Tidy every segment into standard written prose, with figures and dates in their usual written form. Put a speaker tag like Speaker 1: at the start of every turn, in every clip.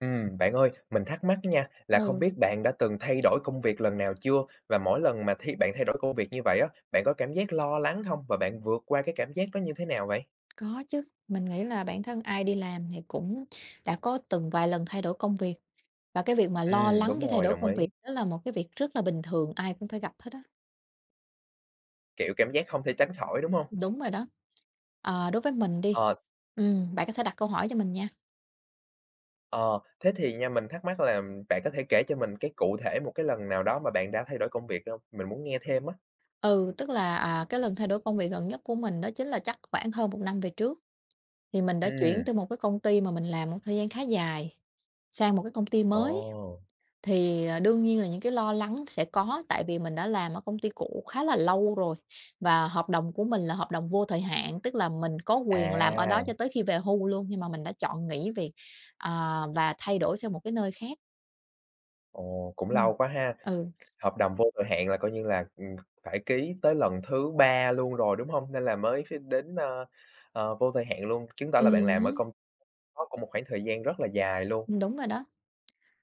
Speaker 1: Bạn ơi, mình thắc mắc nha, là không
Speaker 2: Ừ,
Speaker 1: biết bạn đã từng thay đổi công việc lần nào chưa? Và mỗi lần mà thi bạn thay đổi công việc như vậy á, bạn có cảm giác lo lắng không? Và bạn vượt qua cái cảm giác đó như thế nào vậy?
Speaker 2: có chứ. Mình nghĩ là bản thân ai đi làm thì cũng đã có từng vài lần thay đổi công việc, và cái việc mà lo lắng
Speaker 1: Đúng
Speaker 2: cái thay
Speaker 1: rồi,
Speaker 2: đổi
Speaker 1: đồng
Speaker 2: công
Speaker 1: ý.
Speaker 2: việc đó là một cái việc rất là bình thường, ai cũng phải gặp hết á.
Speaker 1: Kiểu, cảm giác không thể tránh khỏi, đúng không?
Speaker 2: Đúng rồi đó. Ờ, đối với mình đi
Speaker 1: Ờ,
Speaker 2: Bạn có thể đặt câu hỏi cho mình nha.
Speaker 1: ờ, thế thì nha, mình thắc mắc là bạn có thể kể cho mình cái cụ thể một cái lần nào đó mà bạn đã thay đổi công việc không? Mình muốn nghe thêm á.
Speaker 2: Ừ, tức là, cái lần thay đổi công việc gần nhất của mình đó chính là chắc khoảng hơn một năm về trước, thì mình đã chuyển
Speaker 1: Ừm,
Speaker 2: từ một cái công ty mà mình làm một thời gian khá dài sang một cái công ty
Speaker 1: Ồ,
Speaker 2: mới. Thì, đương nhiên là những cái lo lắng sẽ có, tại vì mình đã làm ở công ty cũ khá là lâu rồi và hợp đồng của mình là hợp đồng vô thời hạn, tức là mình có quyền làm ở
Speaker 1: à,
Speaker 2: đó cho tới khi về hưu luôn, nhưng mà mình đã chọn nghỉ việc, và thay đổi sang một cái nơi khác.
Speaker 1: ồ, cũng
Speaker 2: Ừm.
Speaker 1: lâu quá ha.
Speaker 2: Ừ.
Speaker 1: Hợp đồng vô thời hạn là coi như là, phải ký tới lần thứ 3 luôn rồi, đúng hông? Nên là mới đến, vô thời hạn luôn, chứng tỏ là bạn
Speaker 2: Ừm
Speaker 1: làm ở
Speaker 2: hứm,
Speaker 1: công đó cũng một khoảng thời gian rất là dài luôn.
Speaker 2: đúng rồi đó.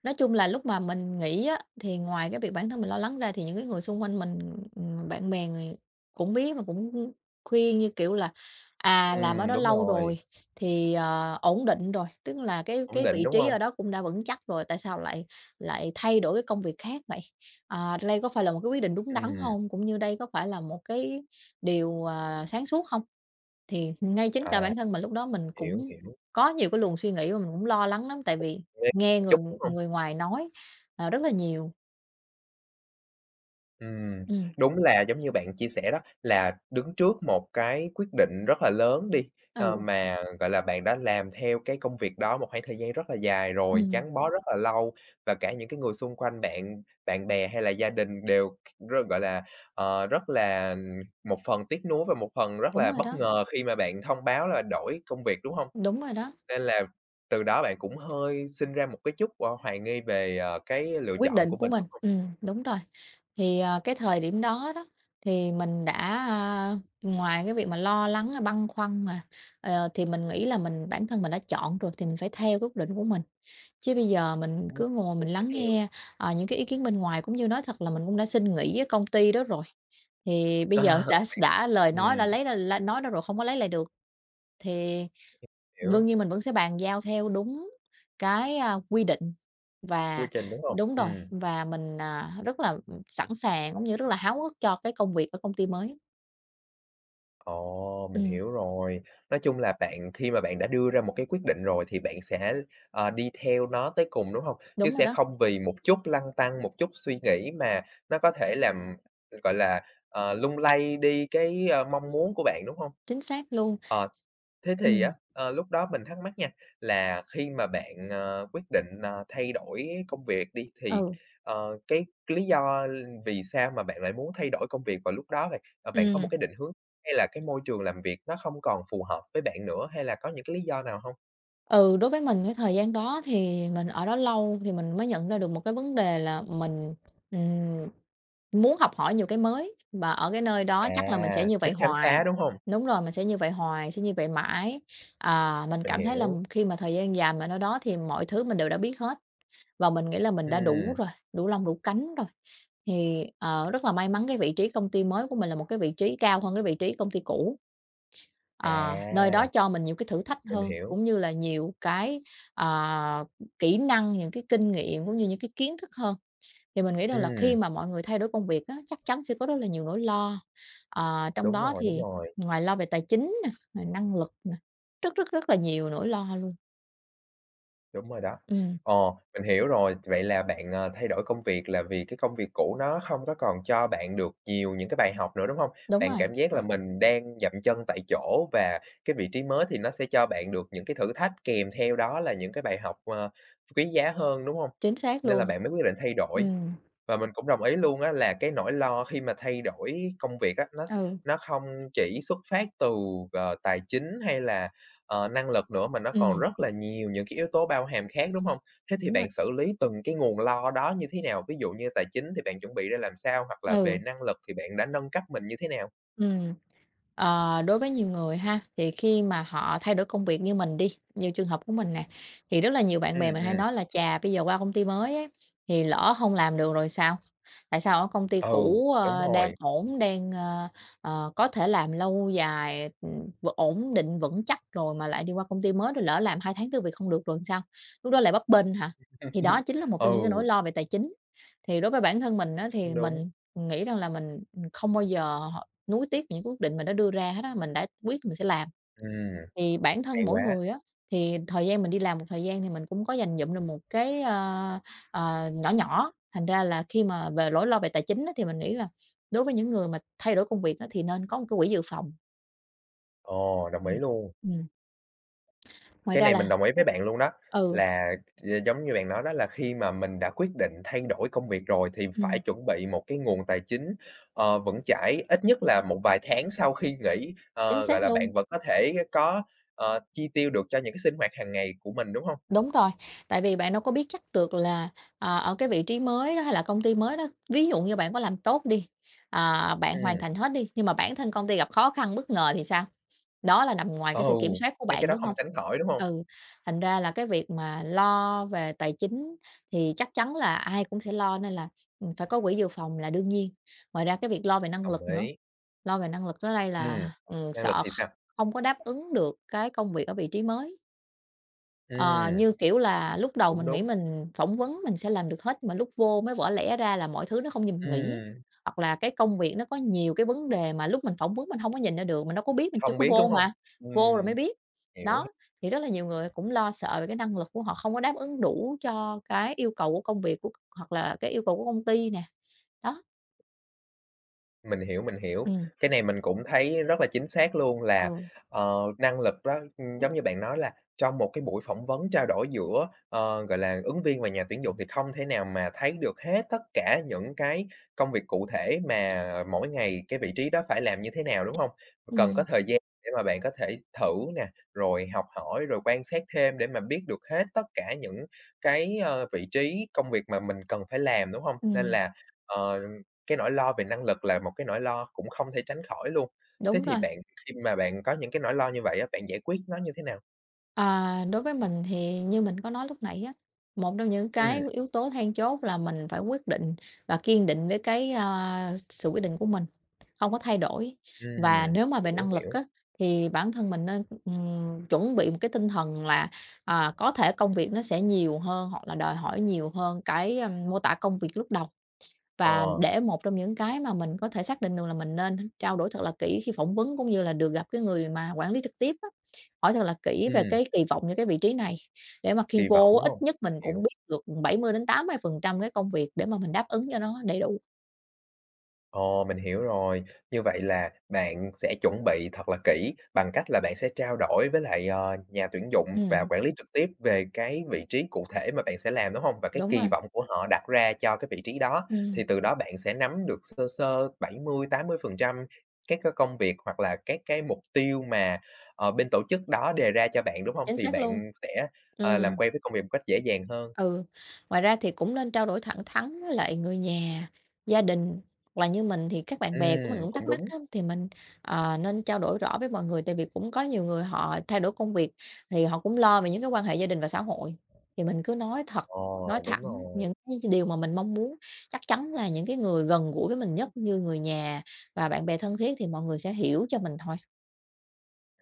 Speaker 2: Nói chung là lúc mà mình nghỉ á, thì ngoài cái việc bản thân mình lo lắng ra thì những cái người xung quanh mình, bạn bè người cũng biết và cũng khuyên, như kiểu là, làm ở đó
Speaker 1: Đúng
Speaker 2: lâu
Speaker 1: rồi,
Speaker 2: rồi thì, ổn định rồi, tức là cái
Speaker 1: ổn
Speaker 2: cái
Speaker 1: định,
Speaker 2: vị
Speaker 1: đúng
Speaker 2: trí
Speaker 1: hông?
Speaker 2: ở đó cũng đã vững chắc rồi, tại sao lại lại thay đổi cái công việc khác vậy? À, đây có phải là một cái quyết định đúng đắn
Speaker 1: Ừm,
Speaker 2: không? Cũng như đây có phải là một cái điều, sáng suốt không? Thì ngay chính cả
Speaker 1: à,
Speaker 2: bản thân mình lúc đó mình
Speaker 1: hiểu,
Speaker 2: cũng
Speaker 1: hiểu,
Speaker 2: có nhiều cái luồng suy nghĩ mà mình cũng lo lắng lắm, tại vì
Speaker 1: mê
Speaker 2: nghe
Speaker 1: một chút,
Speaker 2: người
Speaker 1: đúng hông?
Speaker 2: người ngoài nói, rất là nhiều.
Speaker 1: Ừm,
Speaker 2: Ừ,
Speaker 1: đúng là giống như bạn chia sẻ đó, là đứng trước một cái quyết định rất là lớn đi,
Speaker 2: ừ,
Speaker 1: mà, gọi là, bạn đã làm theo cái công việc đó một khoảng thời gian rất là dài rồi,
Speaker 2: ừm,
Speaker 1: gắn bó rất là lâu và cả những cái người xung quanh bạn, bạn bè hay là gia đình đều rất gọi là, rất là, một phần tiếc nuối và một phần rất
Speaker 2: đúng
Speaker 1: là
Speaker 2: rồi
Speaker 1: bất
Speaker 2: đó,
Speaker 1: ngờ khi mà bạn thông báo là đổi công việc, đúng không?
Speaker 2: đúng rồi đó.
Speaker 1: Nên là từ đó bạn cũng hơi sinh ra một cái chút, hoài nghi về, cái lựa
Speaker 2: Quyết
Speaker 1: chọn
Speaker 2: định
Speaker 1: của
Speaker 2: của
Speaker 1: mình,
Speaker 2: mình,
Speaker 1: đúng không?
Speaker 2: đúng rồi. Thì, cái thời điểm đó đó, thì mình đã, a ngoài cái việc mà lo lắng, băn khoăn mà, thì mình nghĩ là mình bản thân mình đã chọn rồi thì mình phải theo cái quyết định của mình. Chứ bây giờ mình
Speaker 1: Đúng
Speaker 2: cứ ngồi mình
Speaker 1: rồi, phải
Speaker 2: lắng
Speaker 1: theo.
Speaker 2: nghe, những cái ý kiến bên ngoài cũng như nói thật là mình cũng đã xin nghỉ với công ty đó rồi, thì bây giờ đã đã lời nói đã
Speaker 1: Ừm,
Speaker 2: lấy ra la nói đó rồi không có lấy lại được, thì đương
Speaker 1: hiểu,
Speaker 2: nhiên mình vẫn sẽ bàn giao theo đúng cái, quy định
Speaker 1: quy
Speaker 2: và
Speaker 1: trình, đúng hông?
Speaker 2: đúng rồi,
Speaker 1: Ừm.
Speaker 2: và mình, rất là, sẵn sàng cũng như rất là háo hức cho cái công việc ở công ty mới.
Speaker 1: Ồ, mình
Speaker 2: Ừm,
Speaker 1: hiểu rồi. Nói chung là bạn khi mà bạn đã đưa ra một cái quyết định rồi thì bạn sẽ, đi theo nó tới cùng, đúng không? Chứ
Speaker 2: đúng rồi
Speaker 1: sẽ
Speaker 2: đó,
Speaker 1: không vì một chút lăn tăn, một chút suy nghĩ mà nó có thể làm, gọi là, lung lay đi cái, mong muốn của bạn, đúng không?
Speaker 2: chính xác luôn.
Speaker 1: Ờ, thế thì á,
Speaker 2: Ừm,
Speaker 1: lúc đó mình thắc mắc nha, là khi mà bạn, quyết định, thay đổi công việc đi thì,
Speaker 2: ừ,
Speaker 1: cái lý do vì sao mà bạn lại muốn thay đổi công việc vào lúc đó vậy? Ờ, bạn có một
Speaker 2: ừm.
Speaker 1: cái định hướng hay là cái môi trường làm việc nó không còn phù hợp với bạn nữa, hay là có những cái lý do nào hông?
Speaker 2: Ừ, đối với mình cái thời gian đó thì mình ở đó lâu thì mình mới nhận ra được một cái vấn đề là mình, ừm, muốn học hỏi nhiều cái mới và ở cái nơi đó
Speaker 1: À,
Speaker 2: chắc là mình sẽ như vậy
Speaker 1: thích khám
Speaker 2: hoài.
Speaker 1: phá, đúng hông?
Speaker 2: Đúng rồi, mình sẽ như vậy hoài, sẽ như vậy mãi. À, mình
Speaker 1: Mình
Speaker 2: cảm thấy là
Speaker 1: hiểu.
Speaker 2: khi mà thời gian dài mà ở đó thì mọi thứ mình đều đã biết hết và mình nghĩ là mình đã đủ
Speaker 1: Ừm,
Speaker 2: rồi, đủ lông đủ cánh rồi. Thì, rất là may mắn cái vị trí công ty mới của mình là một cái vị trí cao hơn cái vị trí công ty cũ. À, nơi
Speaker 1: à,
Speaker 2: đó cho mình nhiều cái thử thách
Speaker 1: mình
Speaker 2: hơn,
Speaker 1: hiểu.
Speaker 2: cũng như là nhiều cái, à, kỹ năng, những cái kinh nghiệm cũng như những cái kiến thức hơn. Thì mình nghĩ rằng là khi
Speaker 1: Ừm,
Speaker 2: mà mọi người thay đổi công việc á, chắc chắn sẽ có rất là nhiều nỗi lo, trong
Speaker 1: đúng
Speaker 2: đó
Speaker 1: rồi, đúng
Speaker 2: thì
Speaker 1: rồi.
Speaker 2: ngoài lo về tài chính nè, rồi năng lực nè, rất, rất, rất là nhiều nỗi lo luôn.
Speaker 1: Đúng rồi đó.
Speaker 2: Ừm,
Speaker 1: Ờ, mình hiểu rồi. Vậy là bạn, thay đổi công việc là vì cái công việc cũ nó không có còn cho bạn được nhiều những cái bài học nữa, đúng không?
Speaker 2: đúng
Speaker 1: Bạn
Speaker 2: rồi,
Speaker 1: cảm giác là mình đang dậm chân tại chỗ và cái vị trí mới thì nó sẽ cho bạn được những cái thử thách kèm theo đó là những cái bài học, quý giá hơn, đúng không?
Speaker 2: chính xác
Speaker 1: Nên là
Speaker 2: luôn.
Speaker 1: bạn mới quyết định thay đổi.
Speaker 2: Ừm,
Speaker 1: Và mình cũng đồng ý luôn á là cái nỗi lo khi mà thay đổi công việc á, nó
Speaker 2: ừ,
Speaker 1: nó không chỉ xuất phát từ, tài chính hay là, năng lực nữa mà nó còn
Speaker 2: ừm,
Speaker 1: rất là nhiều những cái yếu tố bao hàm khác, đúng hông? Thế thì
Speaker 2: đúng
Speaker 1: bạn
Speaker 2: rồi,
Speaker 1: xử lý từng cái nguồn lo đó như thế nào? Ví dụ như tài chính thì bạn chuẩn bị ra làm sao? Hoặc là về
Speaker 2: ừ,
Speaker 1: năng lực thì bạn đã nâng cấp mình như thế nào?
Speaker 2: ừm. Ờ, đối với nhiều người ha, thì khi mà họ thay đổi công việc như mình đi, như trường hợp của mình nè, thì rất là nhiều bạn bè
Speaker 1: Ừm,
Speaker 2: mình hay
Speaker 1: ừm,
Speaker 2: nói là "Chà, bây giờ qua công ty mới ấy, thì lỡ không làm được rồi sao? Tại sao ở công ty
Speaker 1: ừ,
Speaker 2: cũ,
Speaker 1: đúng
Speaker 2: đang
Speaker 1: rồi.
Speaker 2: ổn, đang, có thể làm lâu dài, ổn định vững chắc rồi mà lại đi qua công ty mới rồi lỡ làm 2 tháng tư việc không được rồi sao? Lúc đó lại bấp bênh hả?" Thì đó chính là một trong những cái nỗi
Speaker 1: Ừ,
Speaker 2: lo về tài chính. Thì đối với bản thân mình á,
Speaker 1: cũng
Speaker 2: thì
Speaker 1: đúng.
Speaker 2: mình nghĩ rằng là mình, không bao giờ nuối tiếc những quyết định mình đã đưa ra hết á, mình đã quyết mình sẽ làm.
Speaker 1: Ừm,
Speaker 2: Thì bản
Speaker 1: hay
Speaker 2: thân mỗi
Speaker 1: quá.
Speaker 2: người á, thì thời gian mình đi làm một thời gian thì mình cũng có dành dụm được một cái, nhỏ nhỏ, thành ra là khi mà về lỗi lo về tài chính á, thì mình nghĩ là đối với những người mà thay đổi công việc á, thì nên có một cái quỹ dự phòng.
Speaker 1: Ờ, đồng ý
Speaker 2: Ừm,
Speaker 1: luôn.
Speaker 2: ừm, ngoài
Speaker 1: Cái
Speaker 2: ra
Speaker 1: này
Speaker 2: là
Speaker 1: mình đồng ý với bạn luôn đó,
Speaker 2: ừ,
Speaker 1: là, giống như bạn nói đó là khi mà mình đã quyết định thay đổi công việc rồi thì phải
Speaker 2: ừm,
Speaker 1: chuẩn bị một cái nguồn tài chính, vững chãi, ít nhất là một vài tháng sau khi nghỉ,
Speaker 2: chính
Speaker 1: gọi
Speaker 2: xác
Speaker 1: là, bạn
Speaker 2: luôn.
Speaker 1: vẫn có thể có, chi tiêu được cho những cái sinh hoạt hàng ngày của mình, đúng không?
Speaker 2: Đúng rồi, tại vì bạn đâu có biết chắc được là, ở cái vị trí mới đó hay là công ty mới đó, ví dụ như bạn có làm tốt đi, bạn hoàn
Speaker 1: Ừ,
Speaker 2: thành hết đi, nhưng mà bản thân công ty gặp khó khăn bất ngờ thì sao? Đó là nằm ngoài
Speaker 1: ừ,
Speaker 2: cái sự kiểm soát của
Speaker 1: mấy cái
Speaker 2: bạn,
Speaker 1: đó
Speaker 2: đúng
Speaker 1: không
Speaker 2: không?
Speaker 1: tránh khỏi, đúng không?
Speaker 2: Ừ, thành ra là cái việc mà lo về tài chính thì chắc chắn là ai cũng sẽ lo nên là, phải có quỹ dự phòng là đương nhiên. Ngoài ra cái việc lo về năng
Speaker 1: Đồng
Speaker 2: lực nữa,
Speaker 1: ý,
Speaker 2: lo về năng lực tới đây
Speaker 1: ừm,
Speaker 2: là,
Speaker 1: năng lực
Speaker 2: sợ
Speaker 1: thì sao?
Speaker 2: không có đáp ứng được cái công việc ở vị trí mới. Ờ,
Speaker 1: Ừm,
Speaker 2: như kiểu là, lúc đầu
Speaker 1: cũng
Speaker 2: mình nghĩ
Speaker 1: đúng,
Speaker 2: mình phỏng vấn mình sẽ làm được hết, mà lúc vô mới vỡ lẽ ra là mọi thứ nó không như mình nghĩ.
Speaker 1: ừm,
Speaker 2: Hoặc là cái công việc nó có nhiều cái vấn đề mà lúc mình phỏng vấn mình không có nhìn ra được, mình đâu có biết, mình chưa
Speaker 1: hông
Speaker 2: có
Speaker 1: biết, đúng
Speaker 2: vô
Speaker 1: không?
Speaker 2: mà, vô rồi mới
Speaker 1: Ừm,
Speaker 2: biết.
Speaker 1: hiểu.
Speaker 2: Đó, thì rất là nhiều người cũng lo sợ về cái năng lực của họ không có đáp ứng đủ cho cái yêu cầu của công việc của hoặc là cái yêu cầu của công ty nè, đó.
Speaker 1: Mình hiểu, mình hiểu.
Speaker 2: Ừm.
Speaker 1: Cái này mình cũng thấy rất là chính xác luôn là,
Speaker 2: Ừ.
Speaker 1: năng lực đó, giống như bạn nói là trong một cái buổi phỏng vấn trao đổi giữa, gọi là, ứng viên và nhà tuyển dụng thì không thể nào mà thấy được hết tất cả những cái công việc cụ thể mà mỗi ngày cái vị trí đó phải làm như thế nào, đúng không? Cần có
Speaker 2: Ừm,
Speaker 1: thời gian để mà bạn có thể thử nè, rồi học hỏi, rồi quan sát thêm để mà biết được hết tất cả những cái, vị trí công việc mà mình cần phải làm, đúng không? Nên
Speaker 2: ừm.
Speaker 1: là, ờ cái nỗi lo về năng lực là một cái nỗi lo cũng không thể tránh khỏi luôn. Thế
Speaker 2: Đúng
Speaker 1: thì
Speaker 2: rồi.
Speaker 1: bạn khi mà bạn có những cái nỗi lo như vậy á, bạn giải quyết nó như thế nào?
Speaker 2: À, đối với mình thì như mình có nói lúc nãy á, một trong những cái
Speaker 1: Ừm,
Speaker 2: yếu tố then chốt là mình phải quyết định và kiên định với cái, sự quyết định của mình, không có thay đổi. Và
Speaker 1: ừm,
Speaker 2: nếu mà về
Speaker 1: hiểu,
Speaker 2: năng lực
Speaker 1: hiểu.
Speaker 2: á, thì bản thân mình nên, chuẩn bị một cái tinh thần là, có thể công việc nó sẽ nhiều hơn hoặc là đòi hỏi nhiều hơn cái, mô tả công việc lúc đầu. Và
Speaker 1: Ờ,
Speaker 2: để một trong những cái mà mình có thể xác định được là mình nên trao đổi thật là kỹ khi phỏng vấn, cũng như là được gặp cái người mà quản lý trực tiếp á, hỏi thật là kỹ về
Speaker 1: ừm,
Speaker 2: cái kỳ vọng những cái vị trí này, để mà khi
Speaker 1: kỳ vọng,
Speaker 2: vô
Speaker 1: đúng
Speaker 2: á, ít
Speaker 1: hông?
Speaker 2: nhất mình cũng
Speaker 1: Hiểu.
Speaker 2: biết được bảy mươi mươi đến 80% cái công việc để mà mình đáp ứng cho nó đầy đủ.
Speaker 1: Ồ, mình hiểu rồi. Như vậy là bạn sẽ chuẩn bị thật là kỹ bằng cách là bạn sẽ trao đổi với lại, nhà tuyển dụng và
Speaker 2: Ừm,
Speaker 1: quản lý trực tiếp về cái vị trí cụ thể mà bạn sẽ làm, đúng không? Và cái
Speaker 2: đúng
Speaker 1: kỳ
Speaker 2: rồi,
Speaker 1: vọng của họ đặt ra cho cái vị trí đó, thì
Speaker 2: ừm,
Speaker 1: từ đó bạn sẽ nắm được sơ sơ 70-80% các cái công việc hoặc là các cái mục tiêu mà, bên tổ chức đó đề ra cho bạn, đúng không?
Speaker 2: chính
Speaker 1: Thì
Speaker 2: xác luôn.
Speaker 1: bạn sẽ, làm
Speaker 2: Ừm.
Speaker 1: quen với công việc một cách dễ dàng hơn.
Speaker 2: Ừ, ngoài ra thì cũng nên trao đổi thẳng thắn với lại người nhà, gia đình, hoặc là như mình thì các bạn bè của mình cũng thắc
Speaker 1: Cũng
Speaker 2: mắc
Speaker 1: đúng.
Speaker 2: á, thì mình, nên trao đổi rõ với mọi người, tại vì cũng có nhiều người họ thay đổi công việc thì họ cũng lo về những cái quan hệ gia đình và xã hội. Thì mình cứ nói thật,
Speaker 1: Ờ,
Speaker 2: nói
Speaker 1: đúng
Speaker 2: thẳng
Speaker 1: rồi.
Speaker 2: những cái điều mà mình mong muốn, chắc chắn là những cái người gần gũi với mình nhất như người nhà và bạn bè thân thiết thì mọi người sẽ hiểu cho mình thôi.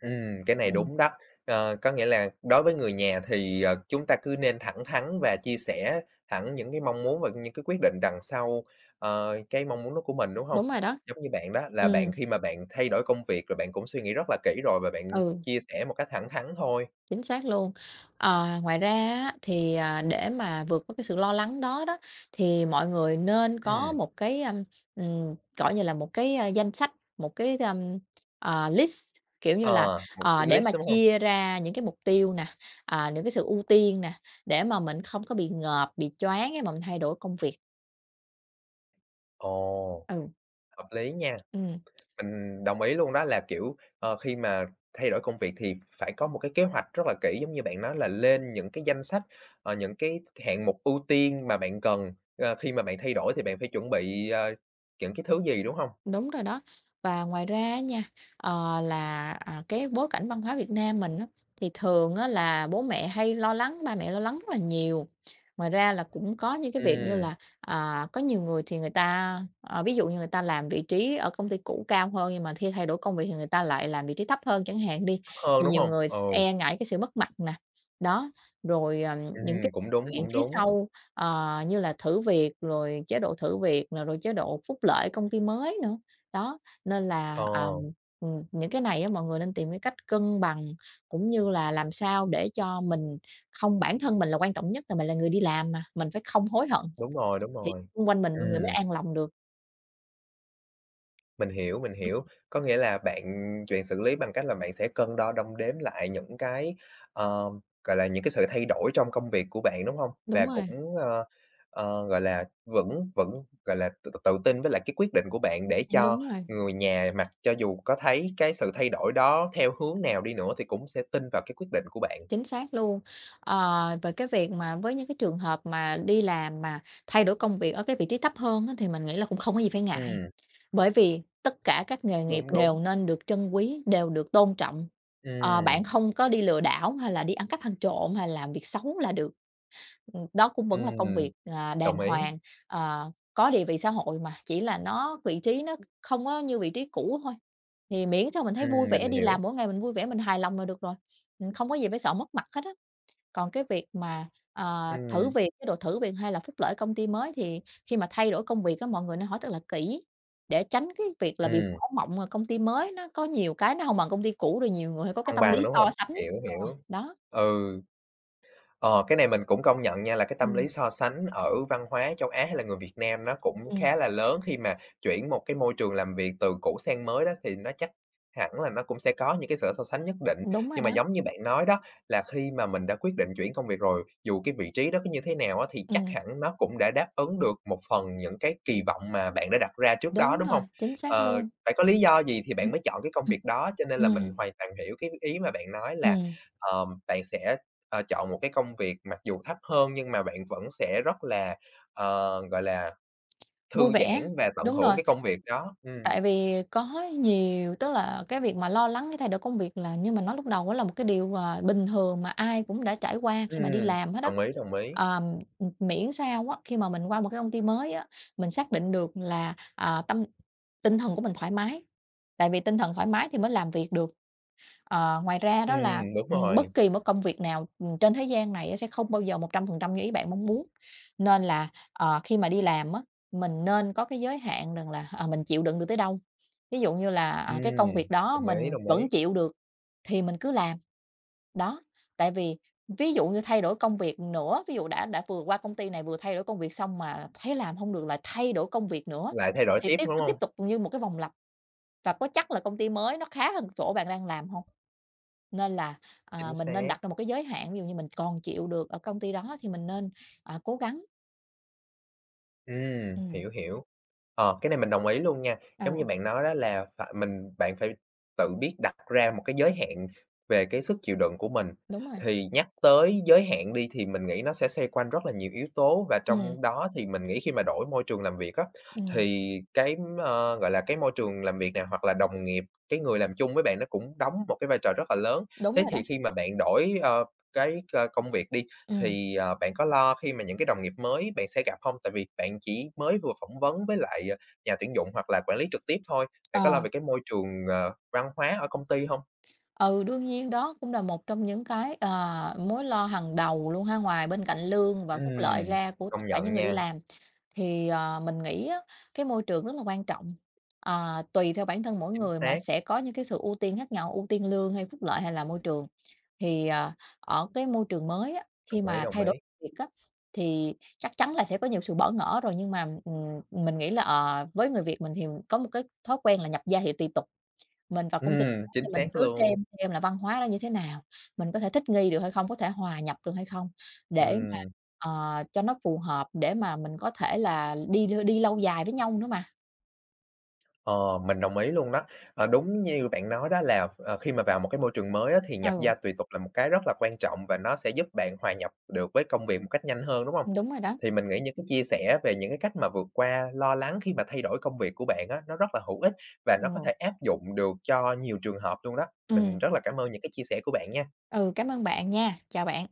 Speaker 1: Cái này
Speaker 2: Ừm,
Speaker 1: đúng đó. Có nghĩa là đối với người nhà thì, chúng ta cứ nên thẳng thắn và chia sẻ thẳng những cái mong muốn và những cái quyết định đằng sau, cái mong muốn đó của mình, đúng không?
Speaker 2: đúng rồi đó.
Speaker 1: Giống như bạn đó, là
Speaker 2: Ừ.
Speaker 1: bạn khi mà bạn thay đổi công việc rồi bạn cũng suy nghĩ rất là kỹ rồi và bạn
Speaker 2: Ừ.
Speaker 1: chia sẻ một cách thẳng thắn thôi.
Speaker 2: Chính xác luôn. Ờ, ngoài ra á, thì, để mà vượt qua cái sự lo lắng đó đó, thì mọi người nên có
Speaker 1: Ừm,
Speaker 2: một cái, gọi như là, một cái, danh sách, một cái, list, kiểu như là,
Speaker 1: ờ, một cái
Speaker 2: để mà
Speaker 1: list, đúng không?
Speaker 2: chia ra những cái mục tiêu nè, những cái sự ưu tiên nè, để mà mình không có bị ngợp, bị choáng khi mà mình thay đổi công việc.
Speaker 1: Ồ,
Speaker 2: Ừ,
Speaker 1: hợp lý nha.
Speaker 2: ừm.
Speaker 1: Mình đồng ý luôn đó là, kiểu, khi mà thay đổi công việc thì phải có một cái kế hoạch rất là kỹ, giống như bạn nói là lên những cái danh sách, những cái hạng mục ưu tiên mà bạn cần, khi mà bạn thay đổi thì bạn phải chuẩn bị, những cái thứ gì, đúng không?
Speaker 2: Đúng rồi đó. Và ngoài ra á nha, cái bối cảnh văn hóa Việt Nam mình á, thì thường á là bố mẹ hay lo lắng, ba mẹ lo lắng rất là nhiều. Ngoài ra là cũng có những cái việc như
Speaker 1: Ừm,
Speaker 2: là, có nhiều người thì người ta, ví dụ như người ta làm vị trí ở công ty cũ cao hơn, nhưng mà khi thay đổi công việc thì người ta lại làm vị trí thấp hơn chẳng hạn đi,
Speaker 1: thấp hơn,
Speaker 2: thì
Speaker 1: đúng
Speaker 2: nhiều
Speaker 1: hông?
Speaker 2: người
Speaker 1: Ừ,
Speaker 2: e ngại cái sự mất mặt nè. Đó, rồi, những cái
Speaker 1: cũng đúng,
Speaker 2: chuyện
Speaker 1: cũng
Speaker 2: phía
Speaker 1: đúng.
Speaker 2: sau. Ờ, như là thử việc, rồi chế độ thử việc nè, rồi chế độ phúc lợi công ty mới nữa. Đó, nên là,
Speaker 1: Ờ,
Speaker 2: những cái này á mọi người nên tìm cái cách cân bằng, cũng như là làm sao để cho mình không, bản thân mình là quan trọng nhất, là mình là người đi làm mà, mình phải không hối hận
Speaker 1: đúng rồi, đúng
Speaker 2: thì
Speaker 1: rồi.
Speaker 2: xung quanh mình mọi người mới
Speaker 1: Ừm.
Speaker 2: an lòng được.
Speaker 1: Mình hiểu, mình hiểu. Có nghĩa là bạn chuyện xử lý bằng cách là bạn sẽ cân đo đong đếm lại những cái, ờ, gọi là, những cái sự thay đổi trong công việc của bạn, đúng không?
Speaker 2: Đúng
Speaker 1: Và
Speaker 2: rồi,
Speaker 1: cũng, gọi là, vững vững gọi là, tự tự tin với lại cái quyết định của bạn để cho
Speaker 2: đúng rồi.
Speaker 1: người nhà mặc cho dù có thấy cái sự thay đổi đó theo hướng nào đi nữa thì cũng sẽ tin vào cái quyết định của bạn.
Speaker 2: Chính xác luôn. Ờ, về cái việc mà với những cái trường hợp mà đi làm mà thay đổi công việc ở cái vị trí thấp hơn á, thì mình nghĩ là cũng không có gì phải ngại.
Speaker 1: Ừm,
Speaker 2: Bởi vì tất cả các nghề nghiệp
Speaker 1: đúng, đúng.
Speaker 2: đều nên được trân quý, đều được tôn trọng. Ờ, bạn
Speaker 1: Ừm,
Speaker 2: không có đi lừa đảo hay là đi ăn cắp, ăn trộm hay làm việc xấu là được. Đó cũng vẫn là công
Speaker 1: ừm,
Speaker 2: việc, đàng
Speaker 1: đồng ý.
Speaker 2: hoàng, ờ, có địa vị xã hội mà, chỉ là nó vị trí nó không có như vị trí cũ thôi. Thì miễn sao mình thấy vui vẻ,
Speaker 1: Mình
Speaker 2: đi làm
Speaker 1: hiểu.
Speaker 2: mỗi ngày mình vui vẻ, mình hài lòng là được rồi, không có gì phải sợ mất mặt hết á. Còn cái việc mà, thử
Speaker 1: Ừm,
Speaker 2: việc, cái độ thử việc hay là phúc lợi công ty mới thì khi mà thay đổi công việc á, mọi người nên hỏi thật là kỹ để tránh cái việc là bị vỡ
Speaker 1: ừm,
Speaker 2: mộng, à, công ty mới nó có nhiều cái nó không bằng công ty cũ, rồi nhiều người có cái
Speaker 1: công
Speaker 2: tâm lý
Speaker 1: bằng, đúng không?
Speaker 2: so sánh.
Speaker 1: Hiểu, hiểu.
Speaker 2: Đó.
Speaker 1: Ừ. Ờ, cái này mình cũng công nhận nha, là cái tâm
Speaker 2: Ừm.
Speaker 1: lý so sánh ở văn hóa châu Á hay là người Việt Nam nó cũng
Speaker 2: Ừm,
Speaker 1: khá là lớn khi mà chuyển một cái môi trường làm việc từ cũ sang mới đó, thì nó chắc hẳn là nó cũng sẽ có những cái sự so sánh nhất định.
Speaker 2: đúng rồi
Speaker 1: Nhưng mà
Speaker 2: đó.
Speaker 1: giống như bạn nói đó, là khi mà mình đã quyết định chuyển công việc rồi, dù cái vị trí đó có như thế nào á, thì chắc
Speaker 2: Ừm.
Speaker 1: hẳn nó cũng đã đáp ứng được một phần những cái kỳ vọng mà bạn đã đặt ra trước đó,
Speaker 2: Đúng
Speaker 1: đúng
Speaker 2: rồi,
Speaker 1: không?
Speaker 2: chính xác luôn.
Speaker 1: Phải có lý do gì thì bạn
Speaker 2: Ừm,
Speaker 1: mới chọn cái công việc
Speaker 2: ừm,
Speaker 1: đó, cho nên là mình
Speaker 2: ừm,
Speaker 1: hoàn toàn hiểu cái ý mà bạn nói là
Speaker 2: ừm,
Speaker 1: bạn sẽ, chọn một cái công việc mặc dù thấp hơn nhưng mà bạn vẫn sẽ rất là, ờ, gọi là, thư
Speaker 2: vui vẻ,
Speaker 1: giãn và tận
Speaker 2: đúng
Speaker 1: hưởng
Speaker 2: rồi.
Speaker 1: cái công việc đó.
Speaker 2: Tại vì có nhiều, tức là cái việc mà lo lắng cái thay đổi công việc là như mình nói lúc đầu đó, là một cái điều, à, bình thường mà ai cũng đã trải qua khi mà đi
Speaker 1: Ừm,
Speaker 2: làm hết á.
Speaker 1: đồng ý, đồng ý.
Speaker 2: Miễn sao á, khi mà mình qua một cái công ty mới á, mình xác định được là, tinh thần của mình thoải mái, tại vì tinh thần thoải mái thì mới làm việc được. Ờ, ngoài ra đó là,
Speaker 1: Đúng rồi.
Speaker 2: bất kỳ một công việc nào, trên thế gian này á sẽ không bao giờ 100% như ý bạn mong muốn, nên là, khi mà đi làm á, mình nên có cái giới hạn rằng là, mình chịu đựng được tới đâu. Ví dụ như là, cái công việc
Speaker 1: Ừm,
Speaker 2: đó
Speaker 1: đồng ý,
Speaker 2: mình
Speaker 1: đồng ý.
Speaker 2: vẫn chịu được thì mình cứ làm, đó. Tại vì ví dụ như thay đổi công việc nữa, ví dụ đã vừa qua công ty này vừa thay đổi công việc xong mà thấy làm không được lại thay đổi công việc nữa,
Speaker 1: Lại thay đổi
Speaker 2: thì
Speaker 1: tiếp,
Speaker 2: tiếp
Speaker 1: đúng
Speaker 2: cứ
Speaker 1: hông?
Speaker 2: tiếp tục như một cái vòng lặp, và có chắc là công ty mới nó khá hơn chỗ bạn đang làm không? Nên là,
Speaker 1: Chính
Speaker 2: mình nên
Speaker 1: xác.
Speaker 2: đặt ra một cái giới hạn, ví dụ như mình còn chịu được ở công ty đó thì mình nên, cố gắng. Ừm,
Speaker 1: Hiểu, hiểu. Cái này mình đồng ý luôn nha. Giống như
Speaker 2: ừ,
Speaker 1: bạn nói đó là phải mình bạn phải tự biết đặt ra một cái giới hạn về cái sức chịu đựng của mình.
Speaker 2: đúng rồi.
Speaker 1: Thì nhắc tới giới hạn đi thì mình nghĩ nó sẽ xoay quanh rất là nhiều yếu tố và
Speaker 2: Ừm,
Speaker 1: trong đó thì mình nghĩ khi mà đổi môi trường làm việc á,
Speaker 2: ừm,
Speaker 1: thì cái, gọi là, cái môi trường làm việc này hoặc là đồng nghiệp, cái người làm chung với bạn nó cũng đóng một cái vai trò rất là lớn.
Speaker 2: đúng
Speaker 1: Thế
Speaker 2: rồi đó.
Speaker 1: thì khi mà bạn đổi, cái công việc đi
Speaker 2: Ừ,
Speaker 1: thì, bạn có lo khi mà những cái đồng nghiệp mới bạn sẽ gặp không? Tại vì bạn chỉ mới vừa phỏng vấn với lại, nhà tuyển dụng hoặc là quản lý trực tiếp thôi, bạn có lo
Speaker 2: ờ,
Speaker 1: về cái môi trường, văn hóa ở công ty không?
Speaker 2: ừ, đương nhiên đó cũng là một trong những cái, ờ, mối lo hàng đầu luôn ha, ngoài bên cạnh lương và
Speaker 1: Ừm,
Speaker 2: phúc lợi ra của tất
Speaker 1: công
Speaker 2: cả những
Speaker 1: nhận
Speaker 2: người đi
Speaker 1: nha,
Speaker 2: làm. Thì, mình nghĩ á, cái môi trường rất là quan trọng, ờ, tùy theo bản thân mỗi
Speaker 1: chính
Speaker 2: người mà
Speaker 1: xác,
Speaker 2: sẽ có những cái sự ưu tiên khác nhau, ưu tiên lương hay phúc lợi hay là môi trường. Thì, ở cái môi trường mới á,
Speaker 1: đồng
Speaker 2: khi
Speaker 1: ý,
Speaker 2: mà
Speaker 1: đồng
Speaker 2: thay đổi
Speaker 1: ý.
Speaker 2: việc á, thì chắc chắn là sẽ có nhiều sự bỡ ngỡ rồi, nhưng mà, mình nghĩ là, với người Việt mình thì có một cái thói quen là nhập gia thì tùy tục. Mình vào công ty
Speaker 1: Ừm,
Speaker 2: mới thì
Speaker 1: Chính
Speaker 2: mình
Speaker 1: xác
Speaker 2: cứ
Speaker 1: luôn,
Speaker 2: xem là văn hóa đó như thế nào, mình có thể thích nghi được hay không, có thể hòa nhập được hay không, để mà,
Speaker 1: ừm.
Speaker 2: cho nó phù hợp, để mà mình có thể là đi đi lâu dài với nhau nữa mà.
Speaker 1: Ờ, mình đồng ý luôn đó. Đúng như bạn nói đó là, khi mà vào một cái môi trường mới á, thì nhập
Speaker 2: Ừ,
Speaker 1: gia tùy tục là một cái rất là quan trọng và nó sẽ giúp bạn hòa nhập được với công việc một cách nhanh hơn, đúng không?
Speaker 2: đúng rồi đó.
Speaker 1: Thì mình nghĩ những cái chia sẻ về những cái cách mà vượt qua lo lắng khi mà thay đổi công việc của bạn á, nó rất là hữu ích và nó có
Speaker 2: Ừ,
Speaker 1: thể áp dụng được cho nhiều trường hợp luôn đó. Mình
Speaker 2: ừm,
Speaker 1: rất là cảm ơn những cái chia sẻ của bạn nha.
Speaker 2: ừ, cảm ơn bạn nha. Chào bạn.